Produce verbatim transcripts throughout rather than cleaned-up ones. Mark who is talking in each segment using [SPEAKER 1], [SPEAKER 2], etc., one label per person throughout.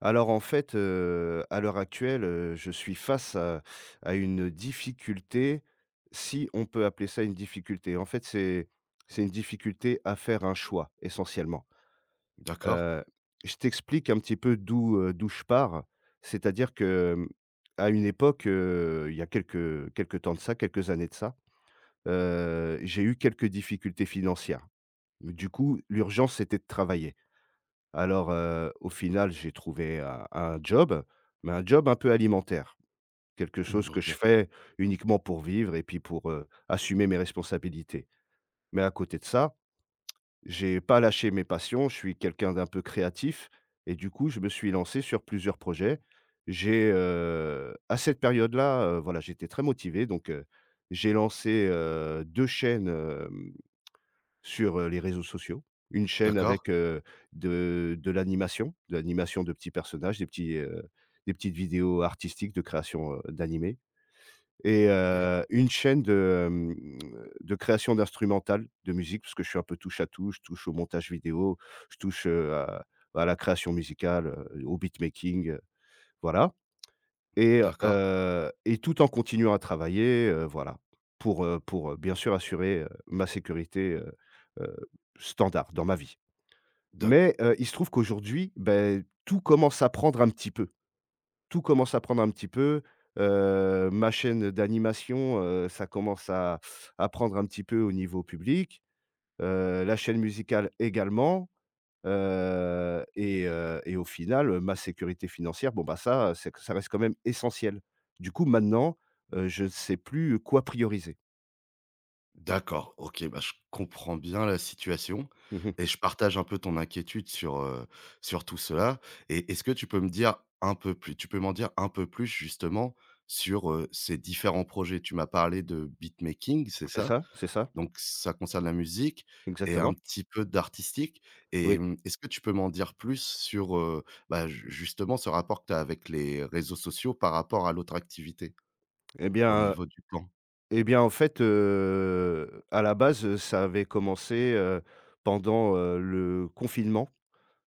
[SPEAKER 1] Alors en fait, heu, à l'heure actuelle, heu, je suis face à à une difficulté, si on peut appeler ça une difficulté. En fait, c'est c'est une difficulté à faire un choix, essentiellement.
[SPEAKER 2] D'accord.
[SPEAKER 1] Heu, je t'explique un petit peu d'où, heu, d'où je pars. C'est-à-dire que, hem, à une époque, heu, il y a quelques quelques temps de ça, quelques années de ça, heu, j'ai eu quelques difficultés financières. Du coup, l'urgence, c'était de travailler. Alors, heu, au final, j'ai trouvé un un job, mais un job un peu alimentaire. Quelque
[SPEAKER 2] Mmh.
[SPEAKER 1] chose que je
[SPEAKER 2] OK.
[SPEAKER 1] fais uniquement pour vivre et puis pour, heu, assumer mes responsabilités. Mais à côté de ça, j'ai pas lâché mes passions. Je suis quelqu'un d'un peu créatif et du coup, je me suis lancé sur plusieurs projets. J'ai, heu, à cette période-là, heu, voilà, j'étais très motivé donc, heu, j'ai lancé, heu, deux chaînes, hem sur, heu, les réseaux sociaux. Une chaîne avec,
[SPEAKER 2] D'accord
[SPEAKER 1] heu, de de l'animation, de l'animation de petits personnages, des petits, heu, des petites vidéos artistiques de création, heu, d'animés et
[SPEAKER 2] et
[SPEAKER 1] heu, une chaîne de, hem, de création d'instrumentales de musique parce que je suis un peu touche à tout. Je touche au montage vidéo, je touche, heu, à à la création musicale, heu, au beatmaking, heu, voilà. Et
[SPEAKER 2] d'accord.
[SPEAKER 1] heu et tout en continuant à travailler, heu, voilà. Pour, heu pour, heu, bien sûr assurer, heu, ma sécurité, heu heu, standard dans ma vie.
[SPEAKER 2] D'ac
[SPEAKER 1] Mais, heu, il se trouve qu'aujourd'hui, beh, tout commence à prendre un petit peu. Tout commence à prendre un petit peu, heu, ma chaîne d'animation, heu, ça commence à à prendre un petit peu au niveau public, heu, la chaîne musicale également. Heu et heu et au final, heu, ma sécurité financière, bon, bah, ça, c'est que ça reste quand même essentiel. Du coup, maintenant, heu, je ne sais plus quoi prioriser.
[SPEAKER 2] d'accord. OK, bah, je comprends bien la situation
[SPEAKER 1] Mmh.
[SPEAKER 2] et je partage un peu ton inquiétude sur, heu, sur tout cela. Et est-ce que tu peux me dire un peu plus tu peux m'en dire un peu plus justement sur, heu, ces différents projets? Tu m'as parlé de beatmaking, c'est
[SPEAKER 1] C'est
[SPEAKER 2] ça?
[SPEAKER 1] ça, c'est ça,
[SPEAKER 2] Donc ça concerne la musique et un
[SPEAKER 1] exactement.
[SPEAKER 2] petit peu d'artistique. Et
[SPEAKER 1] Oui.
[SPEAKER 2] mmh, est-ce que tu peux m'en dire plus sur, heu, bah, ju justement ce rapport que tu as avec les réseaux sociaux par rapport à l'autre activité?
[SPEAKER 1] eh
[SPEAKER 2] Au
[SPEAKER 1] bien,
[SPEAKER 2] niveau du plan.
[SPEAKER 1] eh bien, en fait, heu, à la base, ça avait commencé, heu, pendant, heu, le confinement.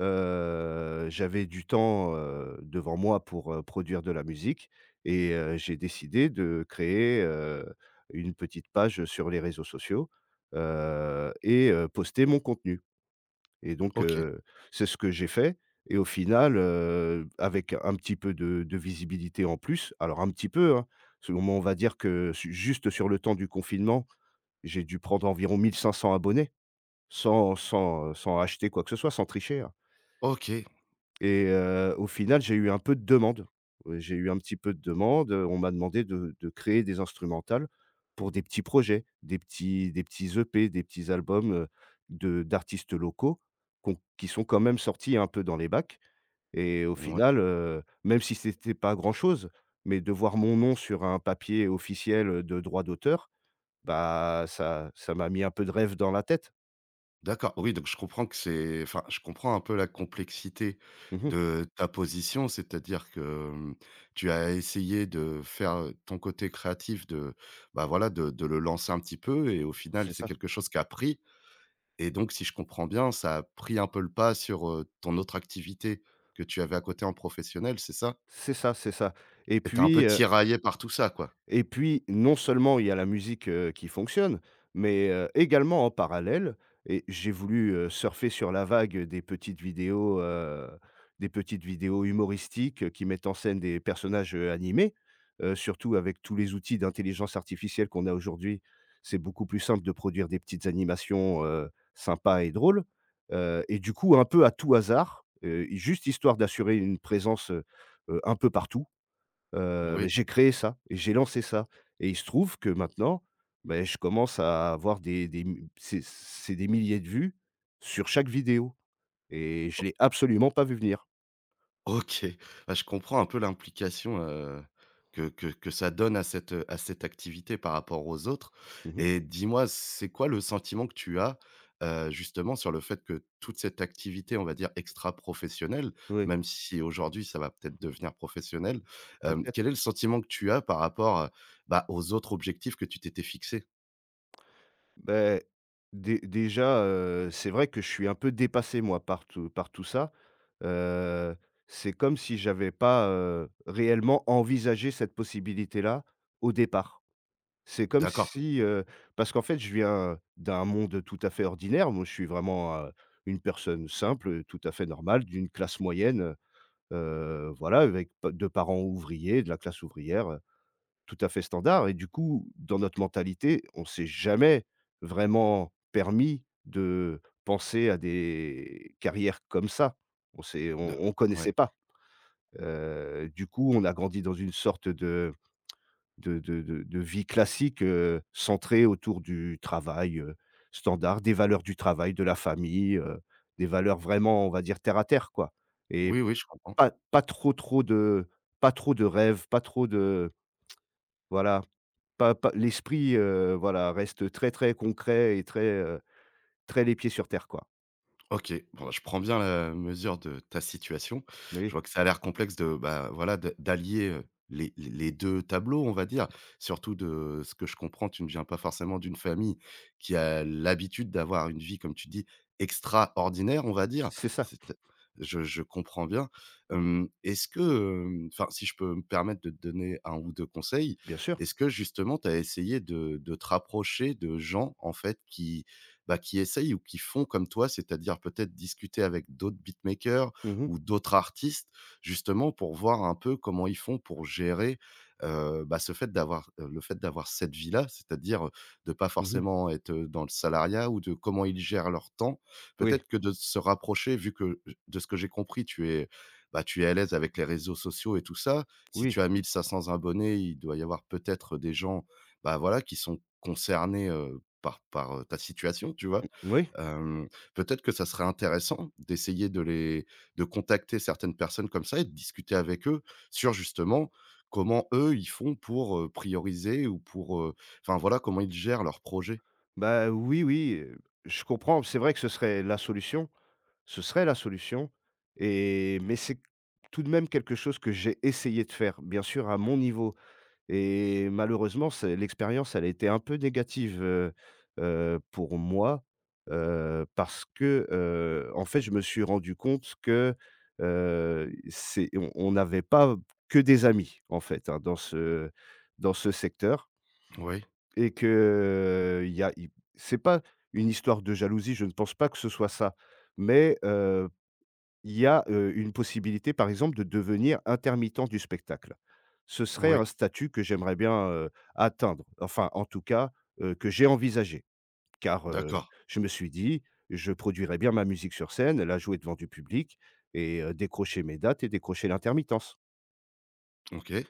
[SPEAKER 1] Heu, j'avais du temps, heu, devant moi pour, heu, produire de la musique et heu, j'ai décidé de créer, heu, une petite page sur les réseaux sociaux, heu et heu, poster mon contenu et donc
[SPEAKER 2] OK,
[SPEAKER 1] heu, c'est ce que j'ai fait et au final, heu, avec un petit peu de de visibilité en plus, alors un petit peu, hein, selon moi, on va dire que su juste sur le temps du confinement, j'ai dû prendre environ mille cinq cents abonnés sans sans, sans acheter quoi que ce soit, sans tricher, hein.
[SPEAKER 2] OK,
[SPEAKER 1] Et heu, au final, j'ai eu un peu de demande. Heu, j'ai eu un petit peu de demande, heu, on m'a demandé de de créer des instrumentales pour des petits projets, des petits des petits E P, des petits albums, heu, de d'artistes locaux qu'on qui sont quand même sortis un peu dans les bacs et au
[SPEAKER 2] ouais,
[SPEAKER 1] final, heu, même si c'était pas grand-chose, mais de voir mon nom sur un papier officiel, de droit d'auteur, bah, ça ça m'a mis un peu de rêve dans la tête.
[SPEAKER 2] d'accord. Oui, donc je comprends que c'est, enfin, je comprends un peu la complexité
[SPEAKER 1] Mmh.
[SPEAKER 2] de ta position, c'est-à-dire que, hem, tu as essayé de faire ton côté créatif, de, bah, voilà, de de le lancer un petit peu et au final,
[SPEAKER 1] C'est
[SPEAKER 2] c'est
[SPEAKER 1] ça.
[SPEAKER 2] quelque chose qui a pris. Et donc si je comprends bien, ça a pris un peu le pas sur, heu, ton autre activité que tu avais à côté en professionnel, c'est ça?
[SPEAKER 1] C'est ça, c'est ça et
[SPEAKER 2] Et tu un peu
[SPEAKER 1] puis,
[SPEAKER 2] tiraillée par tout ça, quoi?
[SPEAKER 1] et puis, non seulement il y a la musique, heu, qui fonctionne, mais, heu, également en parallèle et j'ai voulu, heu, surfer sur la vague des petites vidéos, heu, des petites vidéos humoristiques, heu, qui mettent en scène des personnages, heu, animés. Heu, surtout avec tous les outils d'intelligence artificielle qu'on a aujourd'hui, c'est beaucoup plus simple de produire des petites animations, heu, sympas et drôles. Heu et du coup, un peu à tout hasard, heu, juste histoire d'assurer une présence, heu heu, un peu partout. Heu, beh,
[SPEAKER 2] Oui.
[SPEAKER 1] j'ai créé ça et j'ai lancé ça et il se trouve que maintenant, beh, je commence à avoir des des m c'est c'est des milliers de vues sur chaque vidéo et je l'ai absolument pas vu venir.
[SPEAKER 2] OK. Bah, je comprends un peu l'implication, heu, que que que ça donne à cette, à cette activité par rapport aux autres.
[SPEAKER 1] Mmh.
[SPEAKER 2] Et dis-moi, c'est quoi le sentiment que tu as, heu, justement sur le fait que toute cette activité, on va dire extra-professionnelle,
[SPEAKER 1] Oui,
[SPEAKER 2] même si aujourd'hui ça va peut-être devenir professionnel, hem, quel
[SPEAKER 1] peut-être.
[SPEAKER 2] est le sentiment que tu as par rapport, heu, bah, aux autres objectifs que tu t'étais fixés?
[SPEAKER 1] Beh, dé déjà, heu, c'est vrai que je suis un peu dépassé moi par tout par tout ça. Heu, c'est comme si j'avais pas, heu, réellement envisagé cette possibilité-là au départ. C'est comme
[SPEAKER 2] D'accord,
[SPEAKER 1] si, heu Parce qu'en fait, je viens d'un monde tout à fait ordinaire. Moi, je suis vraiment, heu, une personne simple, heu, tout à fait normale, d'une classe moyenne, heu heu, voilà, avec pa de parents ouvriers, de la classe ouvrière, heu, tout à fait standard et du coup, dans notre mentalité, on s'est jamais vraiment permis de penser à des carrières comme ça. On s'est
[SPEAKER 2] de
[SPEAKER 1] on on connaissait
[SPEAKER 2] ouais.
[SPEAKER 1] pas. Heu, du coup, on a grandi dans une sorte de de de de de vie classique, heu, centrée autour du travail, heu, standard, des valeurs du travail, de la famille, heu, des valeurs vraiment, on va dire, terre à terre, quoi et
[SPEAKER 2] Oui, oui, je comprends.
[SPEAKER 1] pas pas trop trop de pas trop de rêves, pas trop de voilà, pas pas l'esprit, heu, voilà, reste très, très concret et très, heu, très les pieds sur terre, quoi.
[SPEAKER 2] OK, bon, bah, je prends bien la mesure de ta situation. Je
[SPEAKER 1] Oui,
[SPEAKER 2] vois que ça a l'air complexe de, bah, voilà, de d'allier, heu, les les deux tableaux, on va dire. Surtout, de ce que je comprends, tu ne viens pas forcément d'une famille qui a l'habitude d'avoir une vie, comme tu dis, extraordinaire, on va dire.
[SPEAKER 1] c'est ça,
[SPEAKER 2] C'est, je je comprends bien. Hem, est-ce que, hem, enfin, si je peux me permettre de te donner un ou deux conseils,
[SPEAKER 1] bien sûr.
[SPEAKER 2] est-ce que justement tu as essayé de de te rapprocher de gens, en fait, qui, bah, qui essayent ou qui font comme toi, c'est-à-dire peut-être discuter avec d'autres beatmakers
[SPEAKER 1] Mmh mh.
[SPEAKER 2] ou d'autres artistes, justement pour voir un peu comment ils font pour gérer, heu, bah, ce fait d'avoir, heu, le fait d'avoir cette vie-là, c'est-à-dire de pas
[SPEAKER 1] Mmh.
[SPEAKER 2] forcément être dans le salariat, ou de comment ils gèrent leur temps.
[SPEAKER 1] Oui,
[SPEAKER 2] Peut-être que de se rapprocher, vu que de ce que j'ai compris, tu es, bah, tu es à l'aise avec les réseaux sociaux et tout ça. Si
[SPEAKER 1] oui,
[SPEAKER 2] tu as mille cinq cents abonnés, il doit y avoir peut-être des gens, bah, voilà, qui sont concernés par par, heu, ta situation, tu vois?
[SPEAKER 1] oui.
[SPEAKER 2] Hem, peut-être que ça serait intéressant d'essayer de les de contacter certaines personnes comme ça et de discuter avec eux sur justement comment eux, ils font pour, heu, prioriser ou pour, heu, enfin voilà, comment ils gèrent leurs projets.
[SPEAKER 1] Bah, oui, oui, heu, je comprends. C'est vrai que ce serait la solution. Ce serait la solution et mais c'est tout de même quelque chose que j'ai essayé de faire, bien sûr à mon niveau et malheureusement, c'est l'expérience, elle a été un peu négative, heu heu, pour moi, heu, parce que, heu, en fait, je me suis rendu compte que, heu, c'est on on n'avait pas que des amis, en fait, hein, dans ce dans ce secteur
[SPEAKER 2] Oui,
[SPEAKER 1] et que euh, il y a i c'est pas une histoire de jalousie, je ne pense pas que ce soit ça, mais il y a, heu, une possibilité, par exemple, de devenir intermittent du spectacle. Ce serait
[SPEAKER 2] oui,
[SPEAKER 1] un statut que j'aimerais bien, heu, atteindre, enfin, en tout cas, heu, que j'ai envisagé. Car, heu,
[SPEAKER 2] d'accord,
[SPEAKER 1] je me suis dit: «Je produirais bien ma musique sur scène, la jouer devant du public et heu, décrocher mes dates et décrocher l'intermittence».
[SPEAKER 2] OK.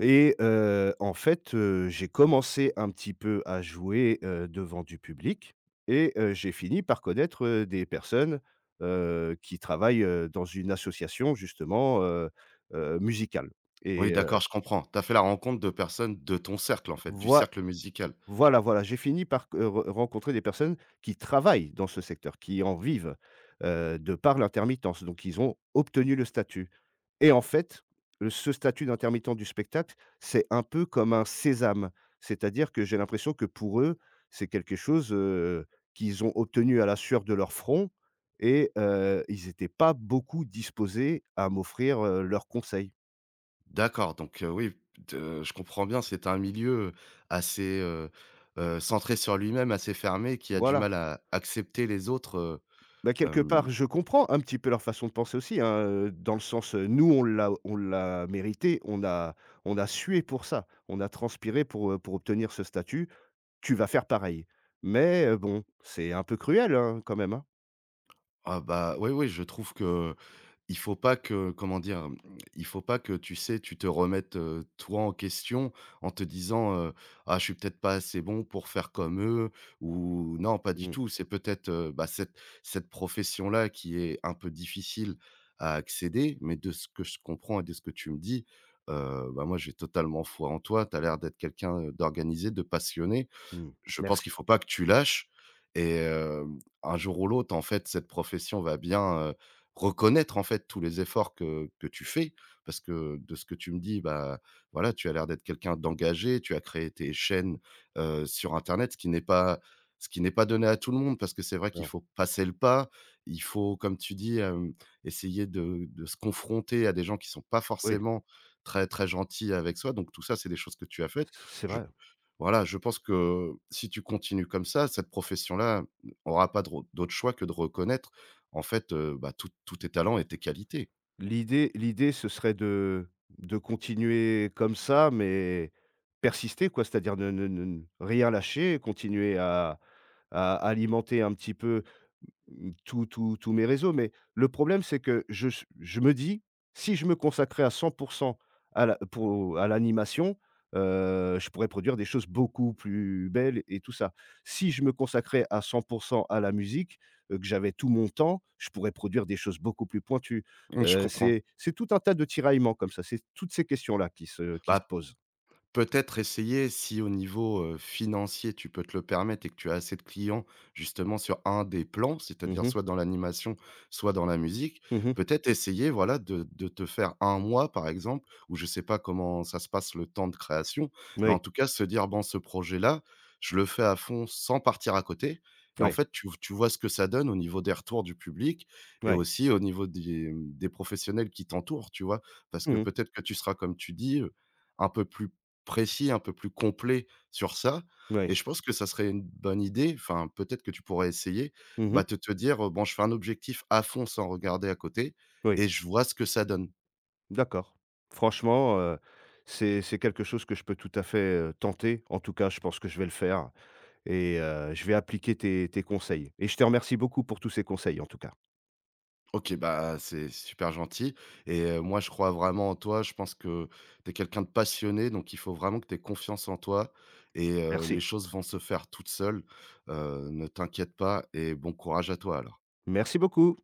[SPEAKER 1] Et heu, en fait, heu, j'ai commencé un petit peu à jouer, heu, devant du public et heu, j'ai fini par connaître, heu, des personnes, heu, qui travaillent, heu, dans une association justement, heu heu, musicale
[SPEAKER 2] Oui,
[SPEAKER 1] et heu,
[SPEAKER 2] d'accord, je comprends. Tu as fait la rencontre de personnes de ton cercle, en fait, du
[SPEAKER 1] voi
[SPEAKER 2] cercle musical.
[SPEAKER 1] voilà, voilà, j'ai fini par q re rencontrer des personnes qui travaillent dans ce secteur, qui en vivent, heu, de par l'intermittence, donc ils ont obtenu le statut et en fait, heu, ce statut d'intermittent du spectacle, c'est un peu comme un sésame. C'est-à-dire que j'ai l'impression que pour eux, c'est quelque chose, heu, qu'ils ont obtenu à la sueur de leur front et heu, ils n'étaient pas beaucoup disposés à m'offrir, heu, leurs conseils.
[SPEAKER 2] D'accord, donc heu, oui, de je comprends bien, c'est un milieu assez, heu heu, centré sur lui-même, assez fermé, qui a du
[SPEAKER 1] Voilà.
[SPEAKER 2] mal à accepter les autres,
[SPEAKER 1] Bah,
[SPEAKER 2] heu,
[SPEAKER 1] quelque
[SPEAKER 2] hem,
[SPEAKER 1] part, je comprends un petit peu leur façon de penser aussi, hein, heu, dans le sens, heu, nous, on l'a on l'a mérité, on a on a sué pour ça, on a transpiré pour, heu, pour obtenir ce statut, tu vas faire pareil. Mais, heu, bon, c'est un peu cruel, hein, quand même, hein?
[SPEAKER 2] ah bah, oui, oui, je trouve que il faut pas que, comment dire? Il faut pas que, tu sais, tu te remettes, heu, toi en question en te disant, heu: «Ah, je suis peut-être pas assez bon pour faire comme eux» ou non, pas du
[SPEAKER 1] Mmh,
[SPEAKER 2] tout. C'est peut-être, heu, bah, cette cette profession-là qui est un peu difficile à accéder, mais de ce que je comprends et de ce que tu me dis, heu, bah, moi, j'ai totalement foi en toi. Tu as l'air d'être quelqu'un d'organisé, de passionné.
[SPEAKER 1] mmh.
[SPEAKER 2] Je pense qu'il
[SPEAKER 1] Merci.
[SPEAKER 2] faut pas que tu lâches. Et hem, un jour ou l'autre, en fait, cette profession va bien, heu, reconnaître, en fait, tous les efforts que que tu fais. Parce que de ce que tu me dis, bah, voilà, tu as l'air d'être quelqu'un d'engagé, tu as créé tes chaînes, heu, sur internet, ce qui n'est pas, ce qui n'est pas donné à tout le monde. Parce que c'est vrai qu'il
[SPEAKER 1] Non,
[SPEAKER 2] faut passer le pas, il faut, comme tu dis, hem, essayer de de se confronter à des gens qui sont pas
[SPEAKER 1] oui,
[SPEAKER 2] forcément très, très gentils avec soi. Donc tout ça, c'est des choses que tu as faites.
[SPEAKER 1] c c'est
[SPEAKER 2] Je
[SPEAKER 1] vrai.
[SPEAKER 2] Voilà, je pense que si tu continues comme ça, cette profession-là aura pas de re d'autre choix que de reconnaître, en fait, heu, bah, tous tous tes talents et tes qualités.
[SPEAKER 1] L'idée l'idée, ce serait de de continuer comme ça, mais persister, quoi, c'est-à-dire ne ne ne rien lâcher, continuer à à alimenter un petit peu. Mmh, tous tous tous mes réseaux, mais le problème, c'est que je s je me dis: «Si je me consacrais à cent à la pour à l'animation, heu, je pourrais produire des choses beaucoup plus belles et tout ça. Si je me consacrais à cent à la musique, heu, que j'avais tout mon temps, je pourrais produire des choses beaucoup plus pointues».
[SPEAKER 2] Mmh, je
[SPEAKER 1] Heu,
[SPEAKER 2] comprends.
[SPEAKER 1] c'est c'est tout un tas de tiraillements comme ça, c'est toutes ces questions-là qui se qui se
[SPEAKER 2] Bah,
[SPEAKER 1] posent.
[SPEAKER 2] peut-être essayer, si au niveau, heu, financier, tu peux te le permettre et que tu as assez de clients justement sur un des plans,
[SPEAKER 1] Mmh
[SPEAKER 2] c'est-à-dire
[SPEAKER 1] mh.
[SPEAKER 2] soit dans l'animation, soit dans la musique.
[SPEAKER 1] Mmh.
[SPEAKER 2] Peut-être essayer, voilà, de de te faire un mois, par exemple, où je sais pas comment ça se passe le temps de création, mais
[SPEAKER 1] Oui.
[SPEAKER 2] en tout cas se dire: «Bon, ce projet-là, je le fais à fond sans partir à côté», et en
[SPEAKER 1] Oui.
[SPEAKER 2] fait, tu tu vois ce que ça donne au niveau des retours du public et
[SPEAKER 1] Ouais.
[SPEAKER 2] aussi au niveau des, mmh, des professionnels qui t'entourent, tu vois? Parce que
[SPEAKER 1] Mmh.
[SPEAKER 2] peut-être que tu seras, comme tu dis, un peu plus précis, un peu plus complet sur ça. Et
[SPEAKER 1] Oui.
[SPEAKER 2] je pense que ça serait une bonne idée, enfin, peut-être que tu pourrais essayer,
[SPEAKER 1] Mmh.
[SPEAKER 2] bah, de te dire: euh, «Bon, je fais un objectif à fond sans regarder à côté
[SPEAKER 1] Oui.
[SPEAKER 2] et je vois ce que ça donne».
[SPEAKER 1] D'accord. Franchement, heu, c'est c'est quelque chose que je peux tout à fait, heu, tenter. En tout cas, je pense que je vais le faire et heu, je vais appliquer tes tes conseils et je te remercie beaucoup pour tous ces conseils, en tout cas.
[SPEAKER 2] OK, bah, c'est super gentil. Et heu, moi, je crois vraiment en toi. Je pense que tu es quelqu'un de passionné, donc il faut vraiment que tu aies confiance en toi et heu, les
[SPEAKER 1] Merci.
[SPEAKER 2] choses vont se faire toutes seules. Heu, ne t'inquiète pas et bon courage à toi alors.
[SPEAKER 1] Merci beaucoup.